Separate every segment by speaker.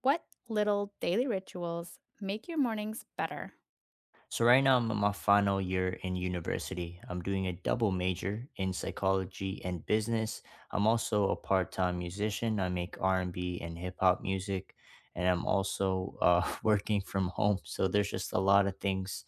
Speaker 1: What little daily rituals make your mornings better?
Speaker 2: So right now I'm in my final year in university. I'm doing a double major in psychology and business. I'm also a part-time musician. I make R&B and B and hip hop music and I'm also working from home. So there's just a lot of things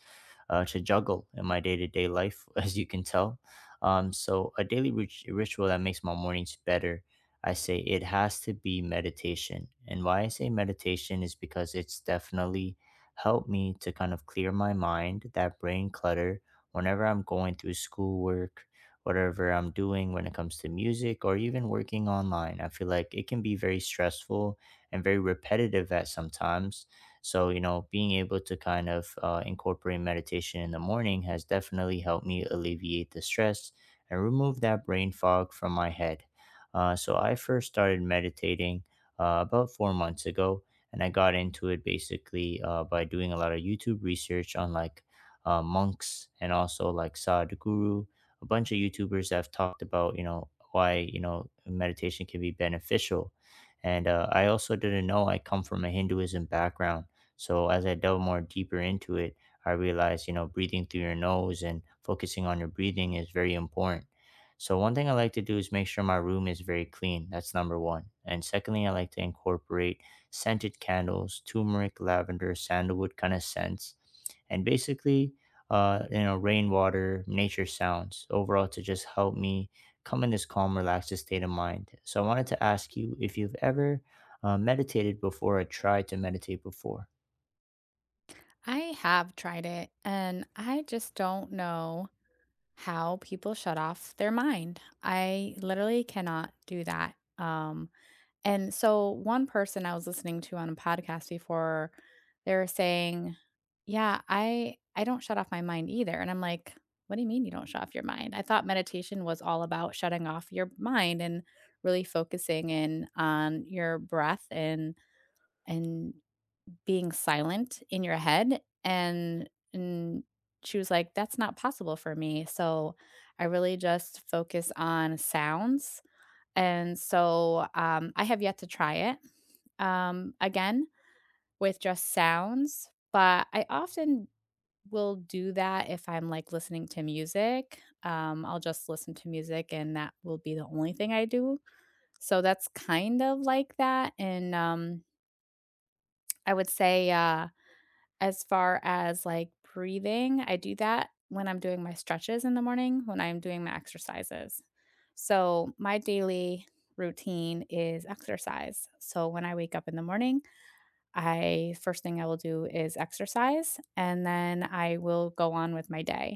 Speaker 2: to juggle in my day-to-day life as you can tell. So a daily ritual that makes my mornings better, I say it has to be meditation. And why I say meditation is because it's definitely help me to kind of clear my mind, that brain clutter, whenever I'm going through schoolwork, whatever I'm doing when it comes to music or even working online. I feel like it can be very stressful and very repetitive at sometimes. So, you know, being able to kind of incorporate meditation in the morning has definitely helped me alleviate the stress and remove that brain fog from my head. I first started meditating about 4 months ago, and I got into it basically by doing a lot of YouTube research on like monks and also like Sadhguru, a bunch of YouTubers that have talked about why meditation can be beneficial, and I also didn't know I come from a Hinduism background. So as I delve more deeper into it, I realized you know breathing through your nose and focusing on your breathing is very important. So one thing I like to do is make sure my room is very clean. That's number one. And secondly, I like to incorporate scented candles, turmeric, lavender, sandalwood kind of scents, and basically, you know, rainwater, nature sounds overall to just help me come in this calm, relaxed state of mind. So I wanted to ask you if you've ever meditated before or tried to meditate before.
Speaker 1: I have tried it and I just don't know how people shut off their mind. I literally cannot do that. And so one person I was listening to on a podcast before they were saying, "Yeah, I don't shut off my mind either." And I'm like, "What do you mean you don't shut off your mind?" I thought meditation was all about shutting off your mind and really focusing in on your breath and being silent in your head and she was like that's not possible for me, so I really just focus on sounds. And so I have yet to try it again with just sounds, but I often will do that if I'm like listening to music. I'll just listen to music and that will be the only thing I do, so that's kind of like that. And I would say as far as, like, breathing, I do that when I'm doing my stretches in the morning, when I'm doing my exercises. So my daily routine is exercise. So when I wake up in the morning, I first thing I will do is exercise, and then I will go on with my day.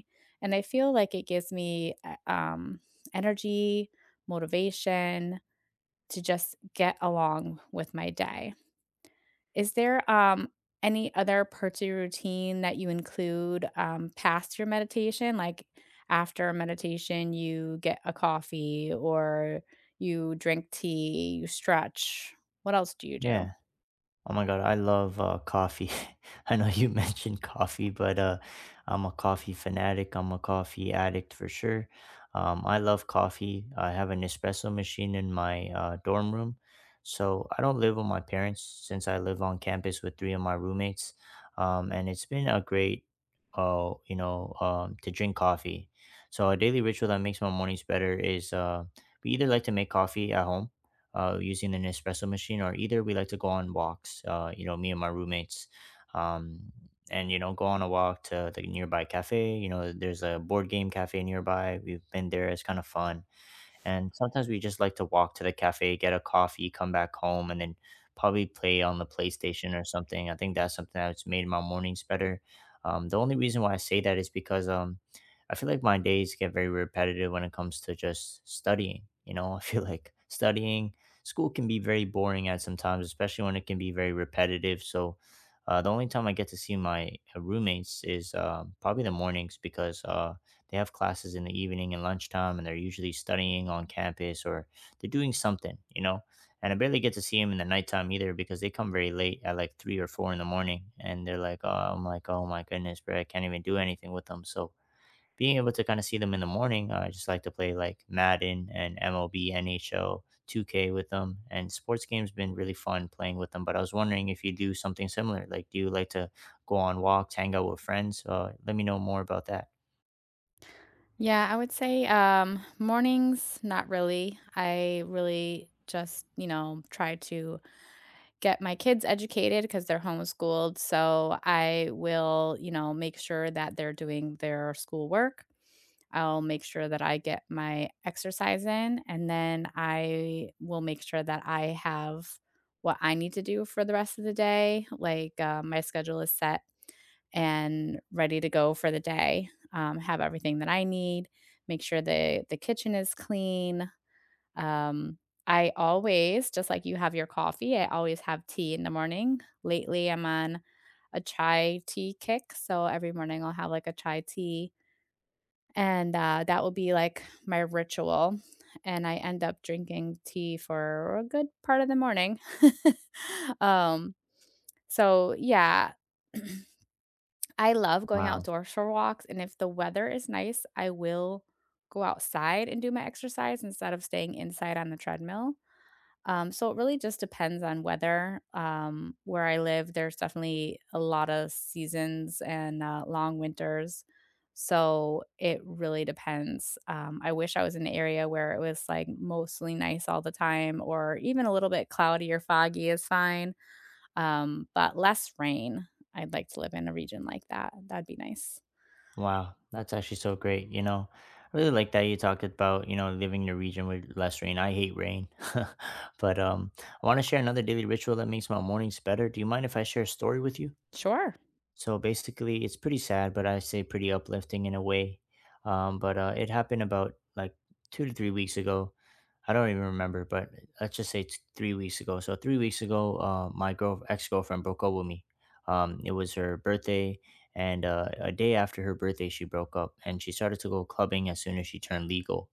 Speaker 1: And I feel like it gives me, energy, motivation to just get along with my day. Is there, any other parts of your routine that you include, past your meditation? Like, after meditation, you get a coffee or you drink tea, you stretch. What else do you do?
Speaker 2: Yeah. Oh my god, I love coffee. I know you mentioned coffee, but I'm a coffee fanatic. I'm a coffee addict for sure. I love coffee. I have an espresso machine in my dorm room. So I don't live with my parents since I live on campus with three of my roommates. And it's been a great, to drink coffee. So a daily ritual that makes my mornings better is we either like to make coffee at home using an espresso machine, or either we like to go on walks. You know, me and my roommates, um, and you know, go on a walk to the nearby cafe. You know, there's a board game cafe nearby. We've been there; it's kind of fun, and sometimes we just like to walk to the cafe, get a coffee, come back home, and then probably play on the PlayStation or something. I think that's something that's made my mornings better. The only reason why I say that is because I feel like my days get very repetitive when it comes to just studying. You know, I feel like studying school can be very boring at sometimes, especially when it can be very repetitive. So the only time I get to see my roommates is probably the mornings because they have classes in the evening and lunchtime, and they're usually studying on campus or they're doing something, you know. And I barely get to see them in the nighttime either because they come very late at like three or four in the morning, and they're like, "Oh," I'm like, "Oh my goodness, bro, I can't even do anything with them." So being able to kind of see them in the morning, I just like to play like Madden and MLB, NHL, 2K with them, and sports games been really fun playing with them. But I was wondering if you do something similar. Like, do you like to go on walks, hang out with friends? Let me know more about that.
Speaker 1: Yeah, I would say, mornings, not really. I really just, you know, try to get my kids educated because 'cause they're homeschooled, so I will, you know, make sure that they're doing their schoolwork. I'll make sure that I get my exercise in, and then I will make sure that I have what I need to do for the rest of the day. Like, my schedule is set and ready to go for the day. Have everything that I need, make sure the kitchen is clean. Um, I always, just like you have your coffee, I always have tea in the morning. Lately, I'm on a chai tea kick. So every morning I'll have like a chai tea and, that will be, like, my ritual, and I end up drinking tea for a good part of the morning. Um, yeah, I love going
Speaker 2: Wow.
Speaker 1: outdoors for walks, and if the weather is nice, I will go outside and do my exercise instead of staying inside on the treadmill. So it really just depends on weather. Where I live, there's definitely a lot of seasons and long winters. So it really depends. I wish I was in an area where it was like mostly nice all the time, or even a little bit cloudy or foggy is fine, but less rain. I'd like to live in a region like that. That'd be nice.
Speaker 2: Wow, that's actually so great. You know, I really like that you talked about, you know, living in a region with less rain. I hate rain. But I want to share another daily ritual that makes my mornings better. Do you mind if I share a story with you?
Speaker 1: Sure.
Speaker 2: So basically, it's pretty sad, but I say pretty uplifting in a way. But it happened about like 2 to 3 weeks ago. I don't even remember, but let's just say 3 weeks ago. So 3 weeks ago, my girlfriend broke up with me. It was her birthday, and a day after her birthday, she broke up, and she started to go clubbing as soon as she turned legal.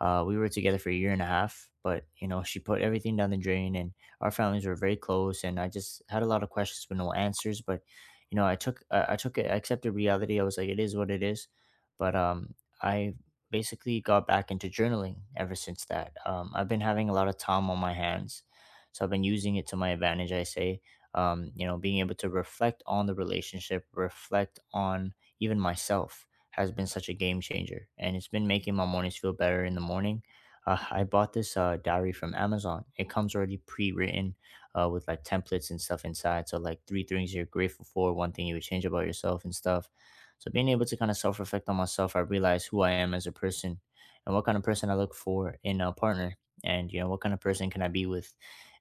Speaker 2: We were together for 1.5 years, but you know she put everything down the drain, and our families were very close. And I just had a lot of questions with no answers, but you know, I took it, I accepted reality. I was like, it is what it is. But I basically got back into journaling ever since that. I've been having a lot of time on my hands, so I've been using it to my advantage. I say, you know, being able to reflect on the relationship, reflect on even myself has been such a game changer, and it's been making my mornings feel better in the morning. I bought this diary from Amazon. It comes already pre-written with like templates and stuff inside. So like three things you're grateful for, one thing you would change about yourself and stuff. So being able to kind of self reflect on myself, I realize who I am as a person and what kind of person I look for in a partner, and you know what kind of person can I be with,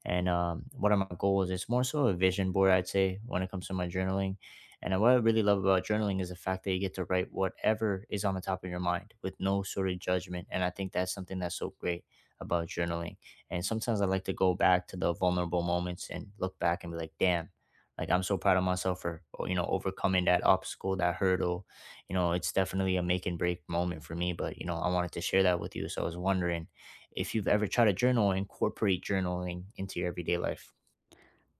Speaker 2: and what are my goals. It's more so a vision board, I'd say, when it comes to my journaling. And what I really love about journaling is the fact that you get to write whatever is on the top of your mind with no sort of judgment. And I think that's something that's so great about journaling. And sometimes I like to go back to the vulnerable moments and look back and be like, damn, like I'm so proud of myself for, oh, you know, overcoming that obstacle, that hurdle. You know, it's definitely a make and break moment for me, but, you know, I wanted to share that with you. So I was wondering if you've ever tried to journal, incorporate journaling into your everyday life.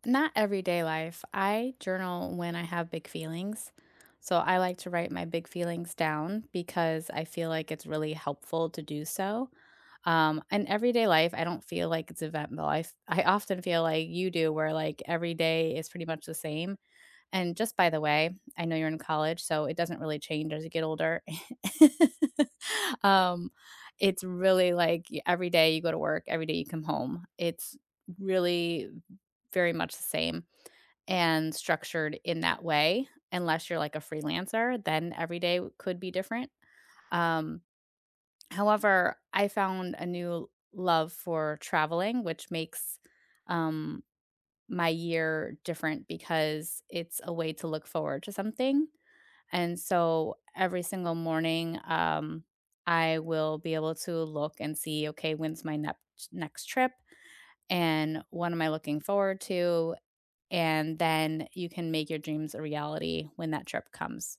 Speaker 1: Not everyday life. I journal when I have big feelings. So I like to write my big feelings down because I feel like it's really helpful to do so. In everyday life, I don't feel like it's eventful. I often feel like you do, where like every day is pretty much the same. And just by the way, I know you're in college, so it doesn't really change as you get older. um, it's really like every day you go to work, every day you come home. It's really very much the same and structured in that way, unless you're like a freelancer, then every day w could be different. Um, However, I found a new love for traveling, which makes, um, my year different because it's a way to look forward to something, and so every single morning, I will be able to look and see, "Okay, when's my nept next trip, and what am I looking forward to, and then you can make your dreams a reality when that trip comes.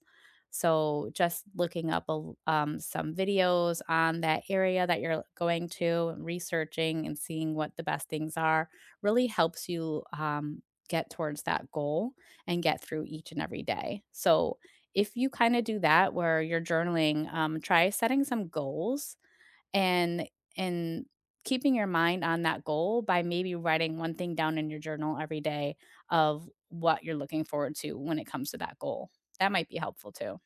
Speaker 1: So just looking up a l some videos on that area that you're going to and researching and seeing what the best things are really helps you, um, get towards that goal and get through each and every day. So if you kinda do that where you're journaling, try setting some goals and and keeping your mind on that goal by maybe writing one thing down in your journal every day of what you're looking forward to when it comes to that goal. That might be helpful too.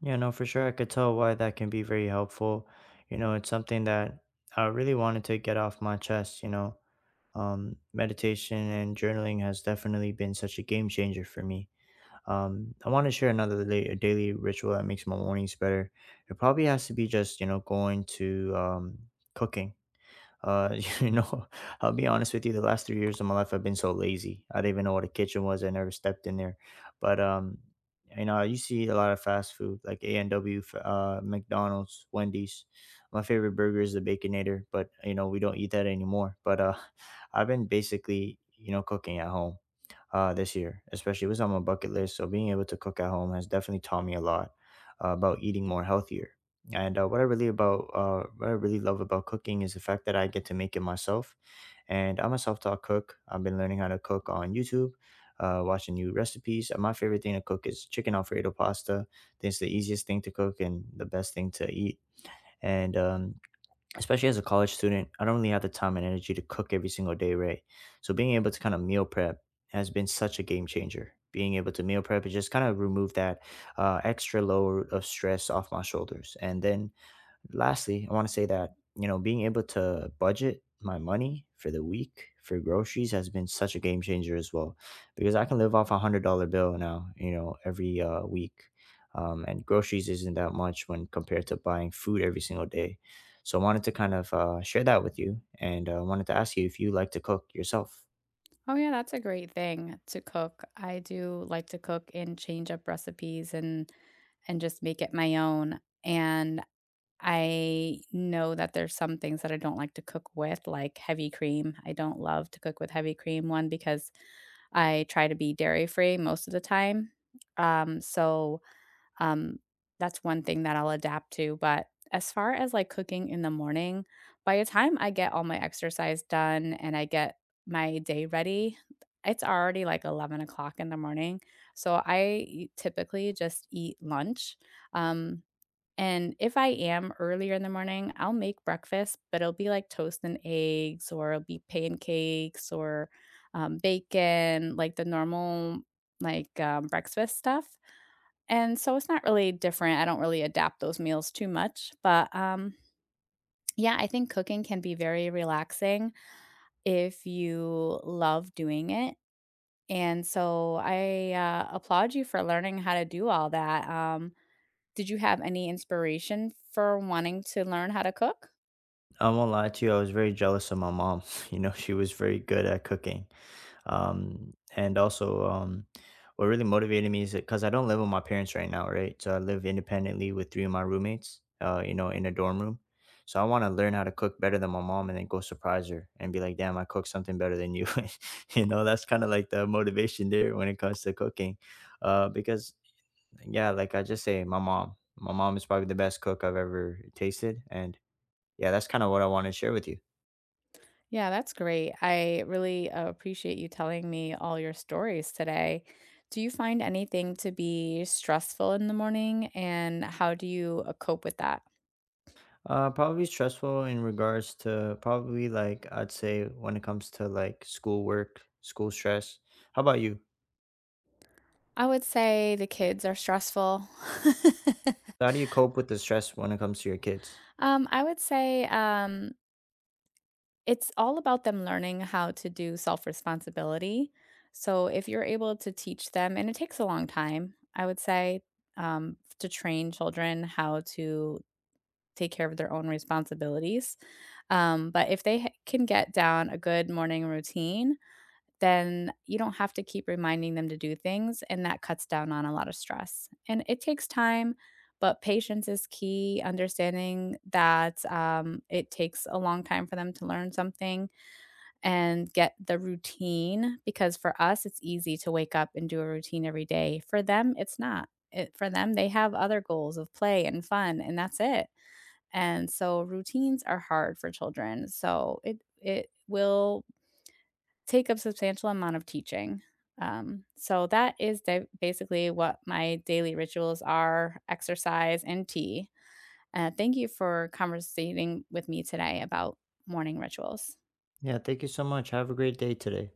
Speaker 2: Yeah, no, for sure. I could tell why that can be very helpful. You know, it's something that I really wanted to get off my chest. You know, meditation and journaling has definitely been such a game changer for me. I want to share another daily ritual that makes my mornings better. It probably has to be just, you know, going to cooking. You know, I'll be honest with you, the last 3 years of my life, I've been so lazy. I didn't even know what a kitchen was. I never stepped in there. But, um, you know, I used to eat a lot of fast food like A&W, McDonald's, Wendy's. My favorite burger is the Baconator, but, you know, we don't eat that anymore. But I've been basically, you know, cooking at home this year, especially it was on my bucket list. So being able to cook at home has definitely taught me a lot about eating more healthier. And what I really love about cooking is the fact that I get to make it myself. And I'm a self-taught cook. I've been learning how to cook on YouTube, watching new recipes. And my favorite thing to cook is chicken alfredo pasta. It's the easiest thing to cook and the best thing to eat. And especially as a college student, I don't really have the time and energy to cook every single day, right? So being able to kind of meal prep has been such a game changer. Being able to meal prep and just kind of remove that extra load of stress off my shoulders, and then lastly, I want to say that, you know, being able to budget my money for the week for groceries has been such a game changer as well because I can live off a $100 bill now, you know, every week. And groceries isn't that much when compared to buying food every single day. So I wanted to kind of share that with you and wanted to ask you if you like to cook yourself.
Speaker 1: Oh yeah, that's a great thing to cook. I do like to cook and change up recipes and just make it my own. And I know that there's some things that I don't like to cook with, like heavy cream. I don't love to cook with heavy cream, one, because I try to be dairy free most of the time. Um, so um, that's one thing that I'll adapt to. But as far as like cooking in the morning, by the time I get all my exercise done and I get my day ready, it's already like 11 o'clock in the morning. So I typically just eat lunch. Um, and if I am earlier in the morning, I'll make breakfast, but it'll be like toast and eggs, or it'll be pancakes or bacon, like the normal like breakfast stuff. And so it's not really different. I don't really adapt those meals too much, but yeah, I think cooking can be very relaxing if you love doing it. And so I applaud you for learning how to do all that. Did you have any inspiration for wanting to learn how to cook?
Speaker 2: I won't lie to you, I was very jealous of my mom. You know, she was very good at cooking. And also, what really motivated me is because I don't live with my parents right now, right? So I live independently with three of my roommates you know, in a dorm room. So I want to learn how to cook better than my mom and then go surprise her and be like, damn, I cooked something better than you. You know, that's kind of like the motivation there when it comes to cooking because yeah, like I just say my mom, my mom is probably the best cook I've ever tasted. And yeah, that's kind of what I want to share with you.
Speaker 1: Yeah, that's great. I really appreciate you telling me all your stories today. Do you find anything to be stressful in the morning, and how do you cope with that?
Speaker 2: Probably stressful in regards to probably like I'd say when it comes to like schoolwork, school stress. How about you?
Speaker 1: I would say the kids are stressful.
Speaker 2: How do you cope with the stress when it comes to your kids?
Speaker 1: I would say It's all about them learning how to do self-responsibility. So if you're able to teach them and it takes a long time, I would say, to train children how to take care of their own responsibilities. But if they ha can get down a good morning routine, then you don't have to keep reminding them to do things, and that cuts down on a lot of stress. And it takes time, but patience is key, understanding that, it takes a long time for them to learn something and get the routine because for us, it's easy to wake up and do a routine every day. For them, it's not. For them, they have other goals of play and fun, and that's it. And so routines are hard for children. So it will take up substantial amount of teaching. So that is basically what my daily rituals are: exercise and tea. Thank you for conversating with me today about morning rituals.
Speaker 2: Yeah, thank you so much. Have a great day today.